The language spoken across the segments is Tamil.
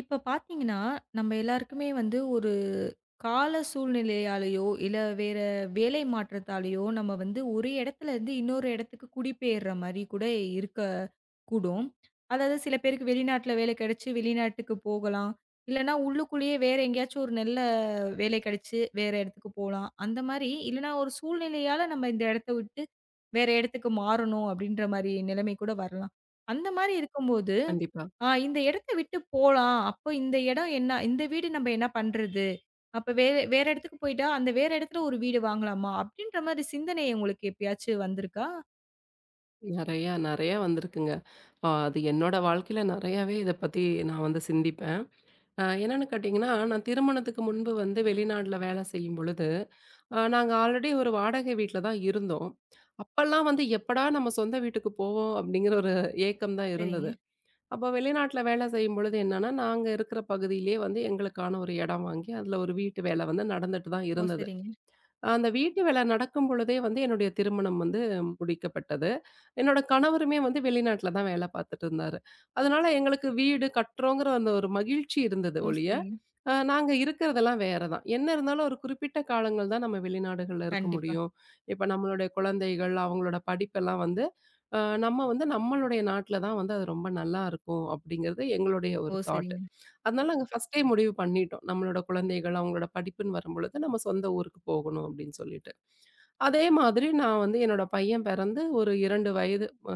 இப்ப பார்த்தீங்கன்னா, நம்ம எல்லாருக்குமே வந்து ஒரு கால சூழ்நிலையாலயோ, இல்ல வேற வேலை மாற்றத்தாலயோ, நம்ம வந்து ஒரு இடத்துல இருந்து இன்னொரு இடத்துக்கு குடிபெயர்ற மாரி கூட இருக்கக்கூடும். அதாவது சில பேருக்கு வெளிநாட்ல வேலை கிடைச்சு வெளிநாட்டுக்கு போகலாம். இல்லன்னா உள்ளுக்குள்ளேயே வேற எங்கேயாச்சும் ஒரு நல்ல வேலை கிடைச்சு வேற இடத்துக்கு போலாம். அந்த மாரி இல்லன்னா ஒரு சூழ்நிலையால நம்ம இந்த இடத்த விட்டு வேற இடத்துக்கு மாறணும் அப்படின்ற மாரி நிலைமை கூட வரலாம். அந்த மாரி இருக்கும்போது கண்டிப்பா. ஆ இந்த இடத்த விட்டு போலாம். அப்போ இந்த இடம் என்ன இந்த வீடு நம்ம என்ன பண்றது? அப்ப வேற வேற இடத்துக்கு போயிட்டா, அந்த வேற இடத்துல ஒரு வீடு வாங்கலாமா? அப்படின்ற மாரி சிந்தனை உங்களுக்கு எப்பயாச்சும் வந்திருக்கா? நெறையா, நெறையா வந்திருக்குங்க. அது என்னோட வாழ்க்கையில நெறையாவே இத பத்தி நான் வந்து சிந்திப்பேன். என்னன்னு கேட்டிங்கன்னா, நான் திருமணத்துக்கு முன்பு வந்து வெளிநாட்ல வேலை செய்யும்பொழுது, நாங்க ஆல்ரெடி ஒரு வாடகை வீட்ல தான் இருந்தோம். அப்பல்லாம் வந்து எப்படா நம்ம சொந்த வீட்டுக்கு போவோம் அப்டிங்கிற ஒரு ஏக்கம் தான் சரிங்க. இருந்தது. அப்ப வெளிநாட்ல வேலை செய்யும்பொழுது என்னன்னா, நாங்க இருக்கிற பகுதியிலேயே வந்து எங்களுக்கான ஒரு இடம் வாங்கி, அதுல ஒரு வீட்டு வேலை வந்து நடந்துட்டு தான் ஓ! இருந்தது. சரிங்க. அந்த வீட்டு வேலை நடக்கும் பொழுதே வந்து என்னுடைய திருமணம் வந்து முடிக்கப்பட்டது. என்னோட கணவருமே வந்து வெளிநாட்ல தான் வேலை பார்த்துட்டு இருந்தாரு. அதனால எங்களுக்கு வீடு கட்டுறோங்கிற அந்த ஒரு மகிழ்ச்சி இருந்தது ஓ! ஒழிய, சரிங்க. நாங்க இருக்கிறதெல்லாம் வேற தான். என்ன இருந்தாலும் ஒரு குறிப்பிட்ட காலங்கள் தான் நம்ம வெளிநாடுகள்ல இருக்க கண்டிப்பா. முடியும். இப்ப நம்மளுடைய குழந்தைகள், அவங்களோட படிப்பெல்லாம் வந்து அ நம்ம வந்து நம்மளுடைய நாட்ல தான் வந்து அது ரொம்ப நல்லா இருக்கும் அப்படிங்கிறது எங்களுடைய ஓ! ஒரு தாட். சரிங்க. அதனால நாங்க ஃபர்ஸ்ட்டே முடிவு பண்ணிட்டோம். நம்மளோட குழந்தைகள், அவங்களோட படிப்புன்னு வரும்பொழுது, நம்ம சொந்த ஊருக்கு போகணும் அப்படின்னு சொல்லிட்டு. அதே மாதிரி நான் வந்து என்னோட பையன் பிறந்து ஒரு 2 வயது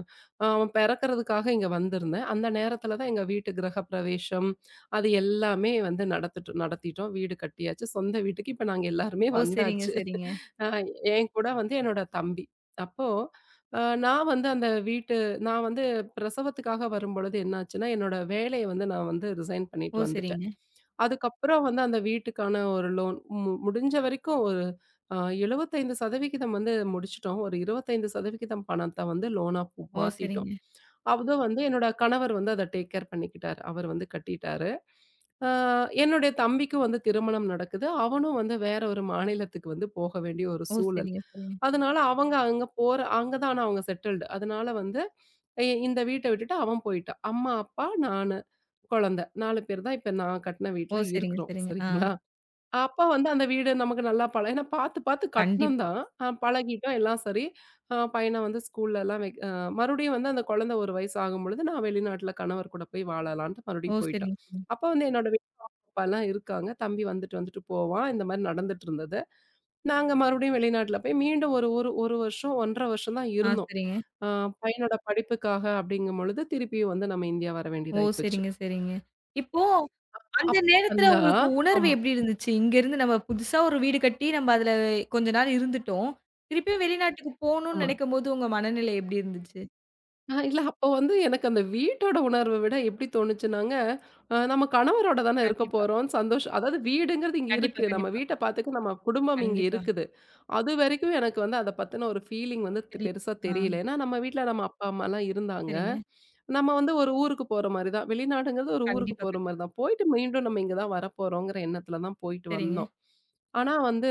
அவன் பிறக்கறதுக்காக இங்க வந்திருந்தேன். அந்த நேரத்தில தான் எங்க வீட்டு கிரகப்பிரவேசம் அது எல்லாமே வந்து நடத்திட்டு நடத்திட்டோம். வீடு கட்டியாச்சு. சொந்த வீட்டுக்கு இப்ப நாங்க எல்லாருமே ஓ! சரிங்க, வந்தாச்சு. சரிங்க. அ என் கூட வந்து என்னோட தம்பி. அப்போ நான் வந்து அந்த வீட்டு நான் வந்து பிரசவத்துக்காக வரும்பொழுது என்னாச்சுன்னா, என்னோட வேலைய வந்து நான் வந்து ரிசைன் ஓ! பண்ணிட்டு வந்துட்டேன். சரிங்க. அதுக்கப்புறம் வந்து அந்த வீட்டுக்கான ஒரு லோன் முடிஞ்ச வரைக்கும் ஒரு அ 75% வந்து முடிச்சுட்டோம். ஒரு 25% பணத்த வந்து லோனா ஓ! மாத்திட்டோம். சரிங்க. அதுவும் வந்து என்னோட கணவர் வந்து அத டேக் கேர் பண்ணிக்கிட்டாரு. அவர் வந்து கட்டிட்டாரு. ஆ, என்னுடைய தம்பிக்கும் வந்து திருமணம் நடக்குது. அவனும் வந்து வேற ஒரு மாநிலத்துக்கு வந்து போக வேண்டிய ஒரு ஓ! சூழல். சரிங்க, சரிங்க. அதனால அவங்க அங்க போற அங்க தான் ஆனா அவங்க செட்டில்டு. அதனால வந்து இந்த வீட்ட விட்டுட்டு அவன் போயிட்டான். அம்மா, அப்பா, நானு, குழந்தை. 4 பேர் தான் இப்ப நான் கட்ன ஓ! வீட்ல சரிங்க, இருக்கிறோம். சரிங்க. ஆ. சரிங்களா? அப்ப வந்து அந்த வீடு நமக்கு நல்லா பழ ஏன்னா பார்த்து, பார்த்து கட்னோம் கண்டிப்பா. தான். பழகிட்டோம் எல்லாம் சரி. பையன வந்து ஸ்கூல்லலாம் வெக் மறுபடியும் வந்து அந்த குழந்தை 1 வயசு ஆகும்பொழுது, நான் வெளிநாட்ல கணவர் கூட போய் வாழலான்ட்டு ஓ! மறுபடியும் போயிட்டோம். சரிங்க, சரிங்க. அப்ப வந்து என்னோட வீட்ல அம்மா, அப்பாலாம் இருக்காங்க. தம்பி வந்துட்டு, வந்துட்டு போவான். இந்த மாரி நடந்துட்டு இருந்தது. நாங்க மறுபடியும் வெளிநாட்ல போய் மீண்டும் ஒரு ஒரு 1 வருஷம், 1 1/2 வருஷம் தான் ஆ, இருந்தோம். சரிங்க. அ பையனோட படிப்புக்காக அப்படிங்கும்பொழுது, திருப்பியும் வந்து நம்ம இந்தியா வர ஓ! வேண்டியதாயி போச்சு. சரிங்க, சரிங்க. இப்போ அந்த அப்ப நேரத்துல வந்தா உங்களுக்கு உணர்வு ஆமா, எப்படி இருந்துச்சு? இங்கருந்து நம்ம புதுசா ஒரு வீடு கட்டி, நம்ம அதுல கொஞ்ச நாள் இருந்துட்டோம். திருப்பியும் வெளிநாட்டுக்கு போணும்னு ஆமா. நெனைக்கும்போது, உங்க மனநிலை எப்படி இருந்துச்சு? ஆஹ இல்ல அப்போ வந்து எனக்கு அந்த வீட்டோட உணர்வ விட எப்படி தோணுச்சுனாங்க, நம்ம கணவரோட தானே இருக்க கண்டிப்பா, போறோம். சந்தோஷம் அதாவது வீடுங்கிறது இங்க கண்டிப்பா, இருக்கு. நம்ம கண்டிப்பா, வீட்ட பாத்துக்க நம்ம குடும்பம் இங்க கண்டிப்பா. இருக்குது. அதுவரைக்கும் எனக்கு வந்து அத பத்தின ஒரு ஃபீலிங் வந்து சரி. பெருசா ஆ, தெரியல. ஏன்னா நம்ம வீட்ல நம்ம அப்பா, அம்மாலாம் இருந்தாங்க. சரிங்க. நம்ம வந்து ஒரு ஊருக்கு போற மாரி தான். வெளிநாடுங்கிறது ஒரு ஊருக்கு கண்டிப்பா, போற மாரி கண்டிப்பா. தான். போயிட்டு மீண்டும் நம்ம இங்க தான் வரப்போறோங்கிற எண்ணத்துல தான் போயிட்டு சரிங்க. வந்தோம். ஆனா வந்து,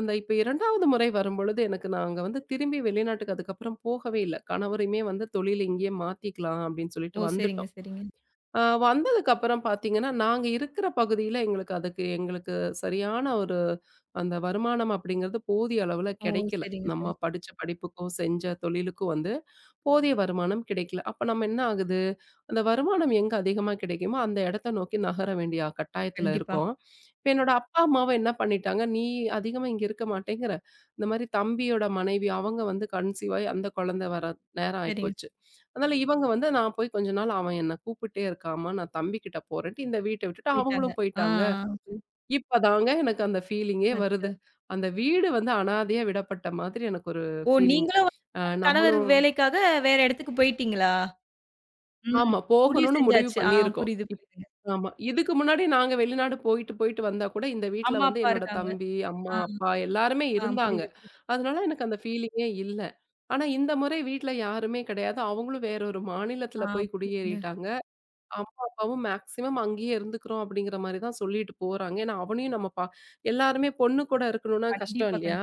அந்த இப்ப 2வது முறை வரும்பொழுது எனக்கு நாங்க வந்து திரும்பி வெளிநாட்டுக்கு அதுக்கப்புறம் போகவே இல்ல. கணவரையுமே வந்து தொழில் இங்கேயே மாத்திக்கலாம் அப்படின்னு சொல்லிட்டு ஓ! சரிங்க, வந்துட்டோம். சரிங்க. அ வந்ததுக்கப்புறம் பார்த்தீங்கன்னா, நாங்க இருக்கிற பகுதியில எங்களுக்கு அதுக்கு எங்களுக்கு சரியான ஒரு அந்த வருமானம் அப்படிங்கிறது போதிய அளவுல ஓ! கிடைக்கல. சரிங்க, சரி. நம்ம படிச்ச படிப்புக்கும், செஞ்ச தொழிலுக்கும் வந்து போதிய வருமானம் கிடைக்கல. அப்ப நம்ம என்ன ஆகுது, அந்த வருமானம் எங்க அதிகமா கிடைக்குமோ, அந்த இடத்த நோக்கி நகர வேண்டிய கட்டாயத்துல கண்டிப்பா. இருக்கோம். இப்ப என்னோட அப்பா, அம்மாவும் என்ன பண்ணிட்டாங்க, "நீ அதிகமா இங்க இருக்க மாட்டேங்கிற, இந்த மாரி தம்பியோட மனைவி அவங்க வந்து கன்சீவ் ஆயி அந்த குழந்தை வர நேரம் சரிங்க. ஆயிப்போச்சு. அதனால இவங்க வந்து நான் போய் கொஞ்ச நாள் அவன் என்ன கூப்பிட்டே இருக்காம்மா, நான் தம்பிகிட்ட போறேன்ட்டு இந்த வீட்ட விட்டுட்டு போயிட்டாங்க. அவங்களும் ஆ, போயிட்டாங்க." ஆ. புரி இப்பதாங்க எனக்கு அந்த ஃபீலிங்கே அச்சோ! வருது. அந்த வீடு வந்து அனாதையா விடப்பட்ட மாதிரி எனக்கு ஒரு ஓ! ஃபீலிங். நீங்களும் வந்து கணவர் நம்மளும் வேலைக்காக வேற இடத்துக்கு போயிட்டீங்களா? ம். ஆமா. முடிவு போகணும்னு முடிவு செஞ்சாச்சு. ஆ பண்ணியிருக்கோம். புரியுது, இப் புரியுதுங்க. ஆமா. இதுக்கு முன்னாடி நாங்க வெளிநாடு போயிட்டு, போயிட்டு வந்தா கூட இந்த வீட்ல அம்மா, வந்து அப்பா என்னோட இருக்காங்க. தம்பி, ஆ, அம்மா, அப்பா எல்லாருமே ஆ இருந்தாங்க. புரியுது. அதனால எனக்கு அந்த ஃபீலிங்கே இல்ல. ஆனா இந்த முறை வீட்ல யாருமே கிடையாது. அவங்களும் வேற ஒரு ஆ மாநிலத்தில போய் புரியுதுங்க. குடியேறிட்டாங்க. அம்மா, அப்பாவும் மேக்ஸிமம் அங்கேயே இருந்துக்கிறோம் அப்படிங்கிற மாரி தான் சொல்லிட்டு போறாங்க. ஏன்னா, அவனையும் நம்ம பா எல்லாருமே பொண்ணு கூட இருக்கணும்னா கஷ்டம் கண்டிப்பா, இல்லையா?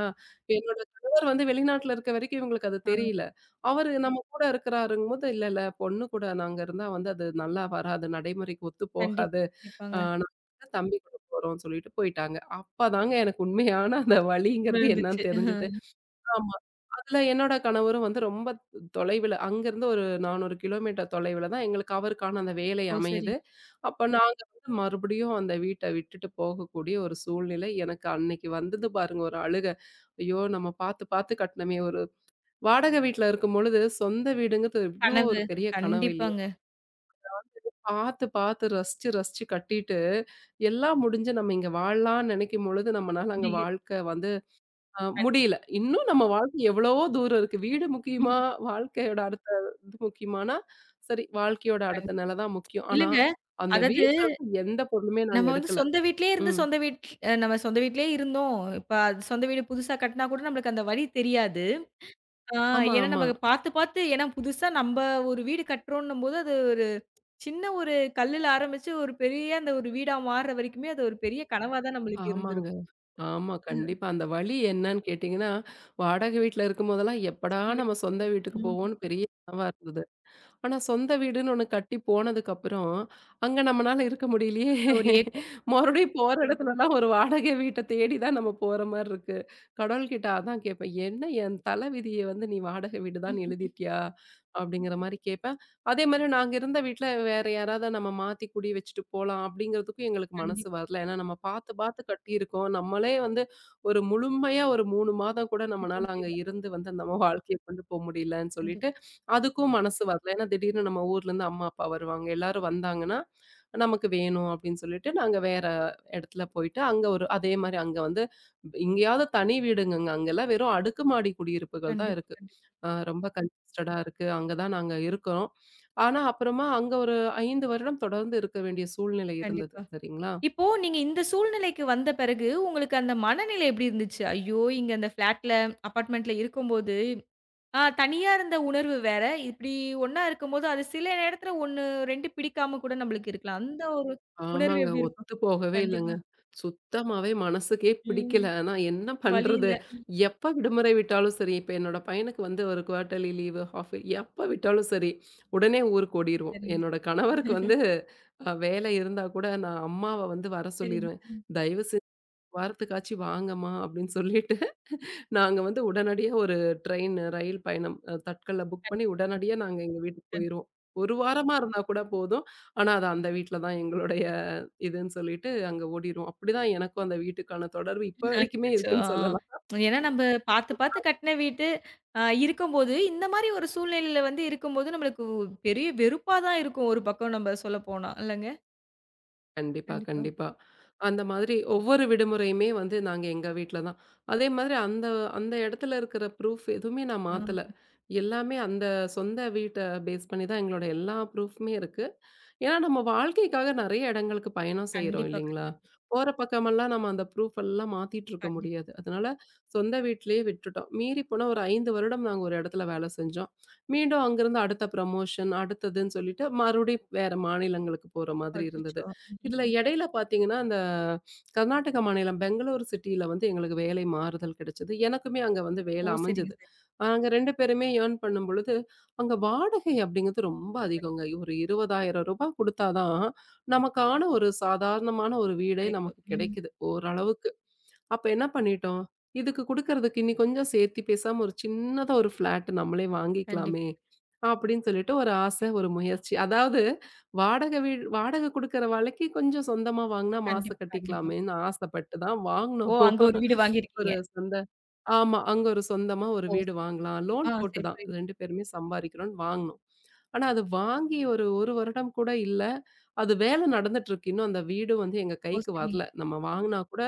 என்னோட கணவர் வந்து வெளிநாட்டுல இருக்க வரைக்கும் இவங்களுக்கு அது ஆ தெரியல. அவரு நம்ம கூட இருக்கிறாருங்கும்போது, "இல்ல, இல்ல பொண்ணு கூட நாங்க இருந்தா வந்து அது நல்லா வராது. நடைமுறைக்கு ஒத்து கண்டிப்பா, போகாது. ஆ கண்டிப்பாங்க. நாங்க வந்து தம்பி கூட போறோம்னு" சொல்லிட்டு போயிட்டாங்க. அப்பதாங்க எனக்கு உண்மையான அந்த வலிங்கிறது உணர்ந்துச்சு. என்னன்னு தெரிஞ்சது. ஆமா. அதுல என்னோட கணவரும் வந்து ரொம்ப தொலைவில அங்கருந்து ஒரு 400 கிலோமீட்டர் தொலைவில தான் எங்களுக்கு அவருக்கான அந்த வேலை ஓ! அமையுது. சரிங்க. அப்ப நாங்க வந்து மறுபடியும் அந்த வீட்ட விட்டுட்டு போகக்கூடிய ஒரு சூழ்நிலை எனக்கு அன்னைக்கு வந்தது பாருங்க ஒரு அழுக. ஐயோ! நம்ம பாத்து பாத்து கட்டினமே ஒரு வாடகை வீட்ல இருக்கும்பொழுது சொந்த வீடுங்கிறது இவ்ளோ கனவு. ஒரு பெரிய கனவு இல்லையா? கண்டிப்பாங்க. பாத்து பாத்து ரசிச்சு ரசிச்சு கட்டிட்டு, எல்லாம் முடிஞ்சு நம்ம இங்க வாழலாம்னு நினைக்கும் பொழுது நம்மனால அங்க முடிய வாழ்க்கை வந்து கண் முடியல. இன்னும் நம்ம வாழ்க்கை எவ்வளவோ தூரம் இருக்கு. வீடு முக்கியமா? வாழ்க்கையோட அடுத்த இது முக்கியமானா, சரி வாழ்க்கையோட அடுத்த கண்டிப்பா. நிலை தான் முக்கியம். ஆனா, இல்லங்க. அந்த அதாவது வீட்ல இருந்து எந்த பொருளுமே நாங்க நம்ம வந்து எடுக்கல. சொந்த வீட்லயே இருந்து ம். சொந்த வீட் அ நம்ம சொந்த வீட்லயே இருந்தோம். இப்ப அது சொந்த வீடு புதுசா கட்டினா கூட நம்மளுக்கு அந்த வழி தெரியாது. ஆ ஆமா, ஏன்னா நம்ம ஆமா. பார்த்து, பார்த்து ஏன்னா புதுசா நம்ப ஒரு வீடு கட்டுறோன்னும்போது, அது ஒரு சின்ன ஒரு கல்லுல ஆரம்பிச்சு ஒரு பெரிய அந்த ஒரு வீடா மாறுற வரைக்குமே, அது ஒரு பெரிய கனவா தான் நம்மளுக்கு ஆமாங்க. இருந்திருக்கும். ஆமா. கண்டிப்பா. அந்த வழி என்னன்னு கேட்டீங்கன்னா, வாடகை வீட்ல இருக்கும்போதெல்லாம் எப்படா சொந்த வீடு. நம்ம சொந்த வீட்டுக்கு ம். போவோம்ன்னு பெரிய கனவா இருந்தது. ஆனா, சொந்த வீடுன்னு ஒண்ணு கட்டி போனதுக்கப்புறம், அங்க நம்மனால இருக்க முடியலையே! அந்த ஒரு மறுபடியும் போற இடத்துலலாம் ஒரு வாடகை வீட்ட தேடி தான் நம்ம போற மாரி இருக்கு. கடவுள்கிட்ட அதான் கேட்பேன். "என்ன என் தலைவிதிய வந்து நீ வாடகை வீடு தான் ஏக்கம். எழுதிட்டியா?" அப்படிங்கிற மாரி கேட்பேன். அதே மாரி நாங்க இருந்த வீட்ல வேற யாராவது நம்ம மாத்தி குடி வச்சுட்டு போலாம் அப்படிங்கிறதுக்கும் எங்களுக்கு மனசு கண்டிப்பா. வரல. ஏன்னா, நம்ம பாத்து பாத்து கட்டியிருக்கோம். நம்மளே வந்து ஒரு முழுமையா ஒரு 3 மாதம் கூட இருக்க நம்மனால அங்க முடியல. இருந்து வந்து நம்ம வாழ்க்கைய கொண்டு போ முடியலன்னு கண்டிப் சொல்லிட்டு, அதுக்கும் மனசு வரல. ஏன்னா திடீர்னு நம்ம ஊர்லேருந்து அம்மா, அப்பா வருவாங்க. எல்லாரும் வந்தாங்கன்னா, நமக்கு வேணும் அப்படின்னு சொல்லிட்டு, நாங்க வேற இடத்துல போயிட்டு, அங்க ஒரு அதே மாரி அங்க வந்து எங்கேயாவது தனி வீடுங்கங்க. அங்கெல்லாம் வெறும் அடுக்குமாடி குடியிருப்புகள் தான் கண்டிப்பா, இருக்கு. கண்டிப்பா, ரொம்ப கன்ஜஸ்டடா இருக்கு. அங்க தான் நாங்க இருக்கோம். ஆனா, அப்புறமா அங்க ஒரு 5 வருடம் தொடர்ந்து இருக்க வேண்டிய சூழ்நிலை இருந்தது. கண்டிப்பா. சரிங்களா? இப்போ நீங்க இந்த சூழ்நிலைக்கு வந்த பிறகு, உங்களுக்கு அந்த மனநிலை எப்படி இருந்துச்சு? ஐயோ! இங்க அந்த ஃப்ளாட்ல, அபார்ட்மெண்ட்ல இருக்கும்போது, ஆ தனியா இருந்த உணர்வு வேற. இப்படி ஒண்ணா இருக்கும்போது, அது சில நேரத்துல 1, 2 பிடிக்காம கூட நம்மளுக்கு இருக்கலாம். அந்த ஒரு உணர்வு ஆமாங்க. எப்படி இருக்கும்? ஒத்து போகவே இல்லங்க. கண்டிப்பா. சுத்தமாவே மனசுக்கே ம். பிடிக்கல. ஆனா என்ன வழி இல்ல. பண்றது? எப்ப விடுமுறை விட்டாலும் சரி, இப்ப என்னோட பையனுக்கு வந்து ஒரு குவார்ட்டர்லி லீவு, ஹாஃப் இயர்லி எப்ப விட்டாலும் சரி, உடனே ஊருக்கு ஓடிருவோம். சரிங்க. என்னோட கணவருக்கு வந்து வேலை இருந்தா கூட நான் அம்மாவ வந்து வர சரிங்க, சொல்லிருவேன். சரிங்க. "தயவு செஞ்சு வாரத்துக்காச்சு வாங்கம்மா" அப்படின்னு சொல்லிட்டு நாங்க வந்து உடனடியா ஒரு ட்ரெயின், ரயில் பயணம் தட்கல்ல புக் பண்ணி கண்டிப்பா, உடனடியா நாங்க எங்க வீட்டுக்கு கண்டிப்பா. போயிருவோம். 1 வாரமா இருந்தா கூட போதும். ஆனா அது அந்த வீட்ல தான் எங்களுடைய இதுன்னு சொல்லிட்டு அங்க ஓடிருவோம். அப்படிதான் எனக்கும் அந்த வீட்டுக்கான தொடர்பு இப்ப வரைக்குமே அச்சச்சோ! ஆ. இருக்குன்னு சொல்லலாம். ஏன்னா நம்ப பாத்து, பாத்து கட்டின வீடு அ இருக்கும்போது, இந்த மாரி ஒரு சூழ்நிலையில வந்து இருக்கும்போது, நம்மளுக்கு பெரிய வெறுப்பா தான் இருக்கும். ஒரு பக்கம் நம்ப சொல்லப்போனா. இல்லங்க? கண்டிப்பா, கண்டிப்பா. கண்டிப்பா. அந்த மாதிரி ஒவ்வொரு விடுமுறையுமே வந்து நாங்க எங்க வீட்ல தான். அதே மாதிரி அந்த அந்த இடத்துல இருக்கிற ப்ரூஃப் எதுவுமே நான் மாத்தல. ம். எல்லாமே அந்த சொந்த வீட்ட பேஸ் பண்ணி தான் எங்களோட எல்லா ப்ரூஃப்மே இருக்கு. ஏன்னா நம்ம வாழ்க்கைக்காக நெறைய இடங்களுக்கு பயணம் செய்றோம் கண்டிப்பா, இல்லைங்களா? கண்டிப்பா, போற பக்கமெல்லாம் நம்ம அந்த ப்ரூஃப் எல்லாம் மாத்திட்டு இருக்க கண்டிப்பா. முடியாது. அதனால சொந்த வீட்லயே விட்டுட்டோம். மீறி போனா ஒரு 5 வருடம் நாங்க ஒரு இடத்துல வேலை செஞ்சோம். மீண்டும் அங்கிருந்து அடுத்த ப்ரமோஷன் அடுத்ததுன்னு சொல்லிட்டு மறுபடியும் வேற மாநிலங்களுக்கு போற மாதிரி இருந்தது. அச்சச்சோ! இதுல ம்ஹ்ம். இடையில பார்த்தீங்கன்னா, அந்த கர்நாடக மாநிலம் பெங்களூர் சிட்டியில வந்து எங்களுக்கு வேலை மாறுதல் கிடைச்சது. எனக்குமே அங்க வந்து ஓ! வேலை சரிங்க, அமைஞ்சது. சரிங்க. நாங்க 2 பேருமே ஏர்ன் பண்ணும்பொழுது, அங்க வாடகை அப்படிங்கிறது ரொம்ப கண் அதிகங்க. ஒரு ரூ. 20,000 குடுத்தா தான், நமக்கான ஒரு சாதாரணமான ஒரு வீடே கிடைக்கும். நமக்கு ம். கிடைக்குது, ஓரளவுக்கு. அப்ப என்ன பண்ணிட்டோம், இதுக்கு குடுக்கறதுக்கு இனி கொஞ்சம் சேர்த்தி பேசாம ஒரு சின்னதா ஒரு ஃபிளாட் நம்மளே கண்டிப் வாங்கிக்கலாமே, அப்படின்னு சொல்லிட்டு ஒரு ஆசை, ஒரு முயற்சி. அதாவது வாடகை வீடு வாடகை குடுக்குற வேலைக்கு கொஞ்சம் சொந்தமா வாங்குனா மாசம் கண்டிப்பா, கண்டிப்பா. கட்டிக்கலாமேன்னு ஆசைப்பட்டு தான் ஓ! வாங்குனோம். அங்க ஒரு வீடு வாங்கியிருக்கீங்க. ஒரு சொந்த ஆமா. அங்க ஒரு சொந்தமா ஒரு ஓ! வீடு வாங்கலாம். ஆ லோன் போட்டு சரி தான் புரியுது. 2 பேருமே சம்பாரிக்கிறோம்ன்னு வாங்குனோம். ஆனா அது வாங்கி ஒரு 1 வருடம் கூட இல்ல. அது வேலை நடந்துட்டு இருக்கு. இன்னும் அந்த வீடு வந்து எங்க ஓ! கைக்கு சரிங்க. வரல. நம்ம வாங்குனா கூட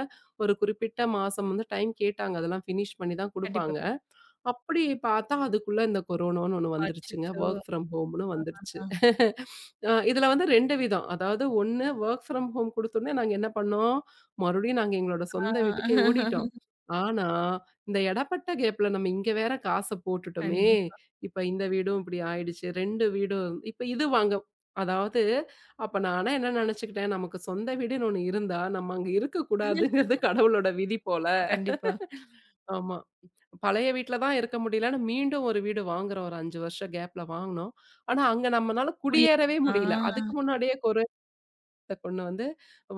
ஒரு குறிப்பிட்ட மாசம் வந்து டைம் கேட்டாங்க. அதெல்லாம் ஃபினிஷ் பண்ணி தான் கண்டிப்பா, குடுப்பாங்க. கண்டிப்பா. அப்படி பார்த்தா, அதுக்குள்ள இந்த கொரோனான்னு ஒண்ணு வந்துருச்சுங்க. அச்சச்சோ! வொர்க் ஃப்ரம் ஹோம்ன்னு வந்துருச்சு. ஆ. இதுல வந்து 2 விதம். அதாவது 1 வொர்க் ஃப்ரம் ஹோம் குடுத்தோனே நாங்க என்ன பண்ணோம், மறுபடியும் நாங்க எங்களோட ஆ. சொந்த வீட்டுக்கே ஓடிட்டோம். ஆனா, இந்த எடப்பட்ட கேப்ல நம்ம இங்க வேற காச போட்டுட்டோமே! கண்டிப்பா. இப்ப இந்த வீடும் இப்படி ஆயிடுச்சு. 2 வீடும் இப்ப இது வாங்க அதாவது அப்ப நானா என்ன நெனச்சுக்கிட்டேன், நமக்கு சொந்த வீடுன்னு ஒண்ணு இருந்தா, நம்ம அங்க இருக்கக்கூடாதுங்கிறது கடவுளோட விதி போல. கண்டிப்பா. ஆமா. பழைய வீட்ல தான் இருக்க முடியலன்னு மீண்டும் ஒரு வீடு வாங்குறோம். ஒரு 5 வருஷம் கேப்ல வாங்குனோம். ஆனா, அங்க நம்மனால முடிய குடியேறவே ஆ. முடியல. அதுக்கு முன்னாடியே கொரியத்த கொண்டு வந்து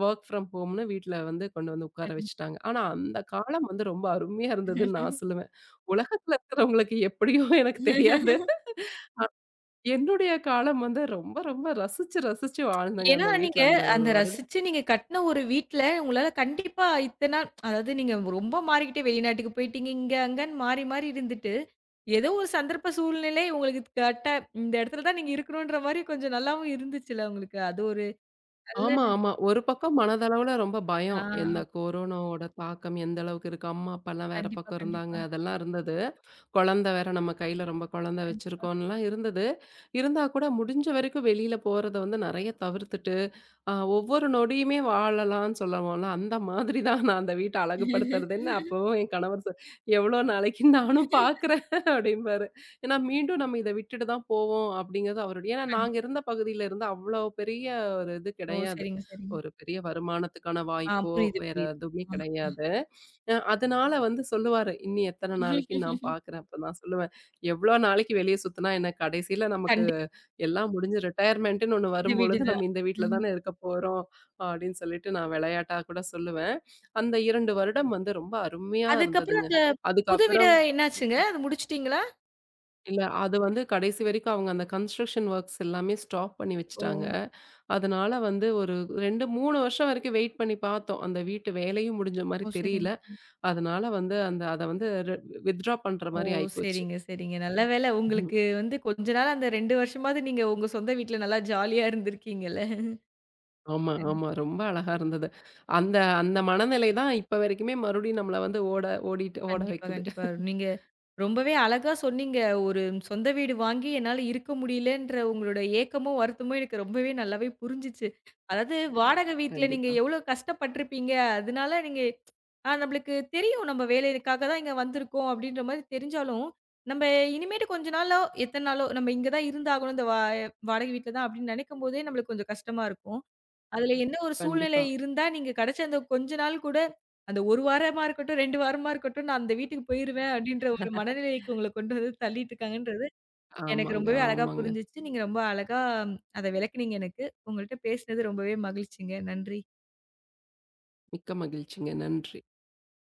வொர்க் ஃப்ரம் ஹோம்னு வீட்ல வந்து கொண்டு வந்து உட்கார வச்சுட்டாங்க. ஆனா, அந்த காலம் வந்து ரொம்ப அருமையா இருந்ததுன்னு கண் நான் சொல்லுவேன். உலகத்துல இருக்கிறவங்களுக்கு எப்படியோ எனக்கு தெரியாது. என்னுடைய காலம் வந்து ரொம்ப ரொம்ப ரசிச்சு ரசிச்சு வாழ்ந்தேங்க ஏன்னா, அந்த நீங்க வீட்ல அந்த ஒரு அந்த வருடம். ரசிச்சு நீங்க கட்ன ஒரு வீட்ல, உங்களால கண்டிப்பா இத்தன நாள் அதாவது நீங்க ரொம்ப மாறிக்கிட்டே வெளிநாட்டுக்கு போயிட்டீங்க, இங்க அங்கன்னு மாறி, மாறி இருந்துட்டு, ஏதோ ஒரு சந்தர்ப்ப சூழ்நிலை உங்களுக்கு கரெக்ட்டா இந்த இடத்துல தான் நீங்க இருக்கணுன்ற மாரி கொஞ்சம் நல்லாவும் இருந்துச்சுல்ல உங்களுக்கு. அது ஒரு நல்ல ஆமா, ஆமா. ஒரு பக்கம் மனதளவுல ரொம்ப ஆ பயம். இந்த கொரோனாவோட தாக்கம் எந்த அளவுக்கு இருக்கு? அம்மா, அப்பாலாம் வேற கண்டிப்பா, பக்கம் இருந்தாங்க. கண்டிப்பா, அதெல்லாம் இருந்தது. குழந்தை வேற நம்ம கையில ரொம்ப குழந்தை கண்டிப்பா. வச்சிருக்கோம்லாம் இருந்தது. இருந்தா கூட முடிஞ்ச வரைக்கும் வெளியில போறத வந்து நெறைய தவிர்த்துட்டு ஒவ்வொரு நொடியுமே வாழலாம்ன்னு சொல்லுவோம்ல, அந்த மாதிரி தான் நான் அந்த வீட்ட அழகுபடுத்துறதுன்னு அப்பவும் என் கணவர் "எவ்வளோ நாளைக்கு நானும் பார்க்குறேன்" அப்படிம்பாரு. ஏன்னா மீண்டும் நம்ம இத விட்டுட்டு தான் போவோம் அப்படிங்கிறது அவருடைய ஏன்னா நாங்க கண்டிப்பா. இருந்த பகுதியில இருந்து அவ்வளோ பெரிய ஒரு இது ஓ! கிடையாது. சரிங்க, சரிங்க. ஒரு பெரிய வருமானத்துக்கான ஆ வாய்ப்போ, புரியுது, வேற புரியுது. எதுவுமே ஆ. கிடையாது. அதனால வந்து சொல்லுவாரு, "இன்னி எத்தன நாளைக்கு நான் பார்க்குறேன்." அப்ப நான் சொல்லுவேன், "எவ்வளோ நாளைக்கு வெளிய சுத்துனா என்ன? கடைசியில நமக்கு கண்டிப்பா எல்லாம் முடிஞ்சு ரிட்டயர்மெண்ட்டுன்னு ஒண்ணு இந்த வீடு வரும்பொழுது, தான். நம்ம இந்த வீட்ல தானே இருக்க போறோம், அப்படின்னு சொல்லிட்டு நான் விளையாட்டா கூட சொல்லுவேன். அந்த 2 வருடம் வந்து ரொம்ப அருமையா அதுக்கப்புறம் இருந்ததுங்க. அந்த புது வீடு அதுக்கப்புறம் என்னாச்சுங்க? அது முடிச்சுட்டீங்களா? இல்ல அது வந்து கடைசி வரைக்கும் அவங்க அந்த கன்ஸ்ட்ரக்ஷன் வொர்க்ஸ் எல்லாமே ஸ்டாப் பண்ணி ஓ! வச்சுட்டாங்க. அதனால வந்து ஒரு 2, 3 வருஷம் வரைக்கும் வெயிட் பண்ணி பார்த்தோம். அந்த வீட்டு வேலையும் முடிஞ்ச மாரி ஓ! சரிங்க. தெரியல. ம். அதனால வந்து அந்த அத வந்து வித்ட்ரா பண்ற ஓ! மாரி ஆயிப்போச்சு. சரிங்க, சரிங்க. நல்ல வேளை உங்களுக்கு வந்து கொஞ்ச நாள் அந்த 2 வருஷமாவது நீங்க உங்க சொந்த வீட்ல நல்லா ஜாலியா இருந்திருக்கீங்கல்ல. ஆமா, ஆமா. கண்டிப்பா. ரொம்ப அழகா இருந்தது. அந்த அந்த மனநிலை தான் இப்ப வரைக்குமே மறுபடியும் நம்மள வந்து ஓட ஓடிட்டு ஓட கண்டிப்பா, வைக்குது. கண்டிப்பா. நீங்க ரொம்பவே அழகா சொன்னீங்க. ஒரு சொந்த வீடு வாங்கி என்னால இருக்க முடியலன்ற உங்களோட ஏக்கமும், வருத்தமும் எனக்கு ரொம்பவே நல்லாவே புரிஞ்சுச்சு. அதாவது வாடகை வீட்ல நீங்க கண்டிப்பா, எவ்ளோ கஷ்டப்பட்டுருப்பீங்க. அதனால நீங்க ஆ நம்மளுக்கு தெரியும் நம்ம வேலைக்காக தான் இங்க வந்திருக்கோம் அப்படின்ற மாரி தெரிஞ்சாலும், நம்ம இனிமேட்டு கொஞ்ச நாளோ, எத்தன நாளோ நம்ம இங்க தான் இருந்தாகணும். இந்த வாடகை வீட்ல தான் அப்படின்னு நெனைக்கும்போதே நம்மளுக்கு கொஞ்சம் கஷ்டமா இருக்கும். அதுல என்ன ஒரு சூழ்நிலை கண்டிப்பா. இருந்தா, நீங்க கிடைச்ச அந்த கொஞ்ச நாள் கூட, அந்த 1 வாரமா இருக்கட்டும், 2 வாரமா இருக்கட்டும், நான் அந்த வீட்டுக்கு போயிருவேன் அப்படின்ற ஒரு மனநிலைக்கு உங்கள கொண்டு வந்து தள்ளிட்டுருக்காங்கன்றது, எனக்கு ஆமாங்க, ரொம்பவே அழகா ஆமாங்க. புரிஞ்சுச்சு. நீங்க ரொம்ப அழகா அத விளக்குனீங்க எனக்கு. உங்கள்ட்ட பேசினது ரொம்பவே மகிழ்ச்சிங்க. நன்றி. மிக்க மகிழ்ச்சிங்க. நன்றி.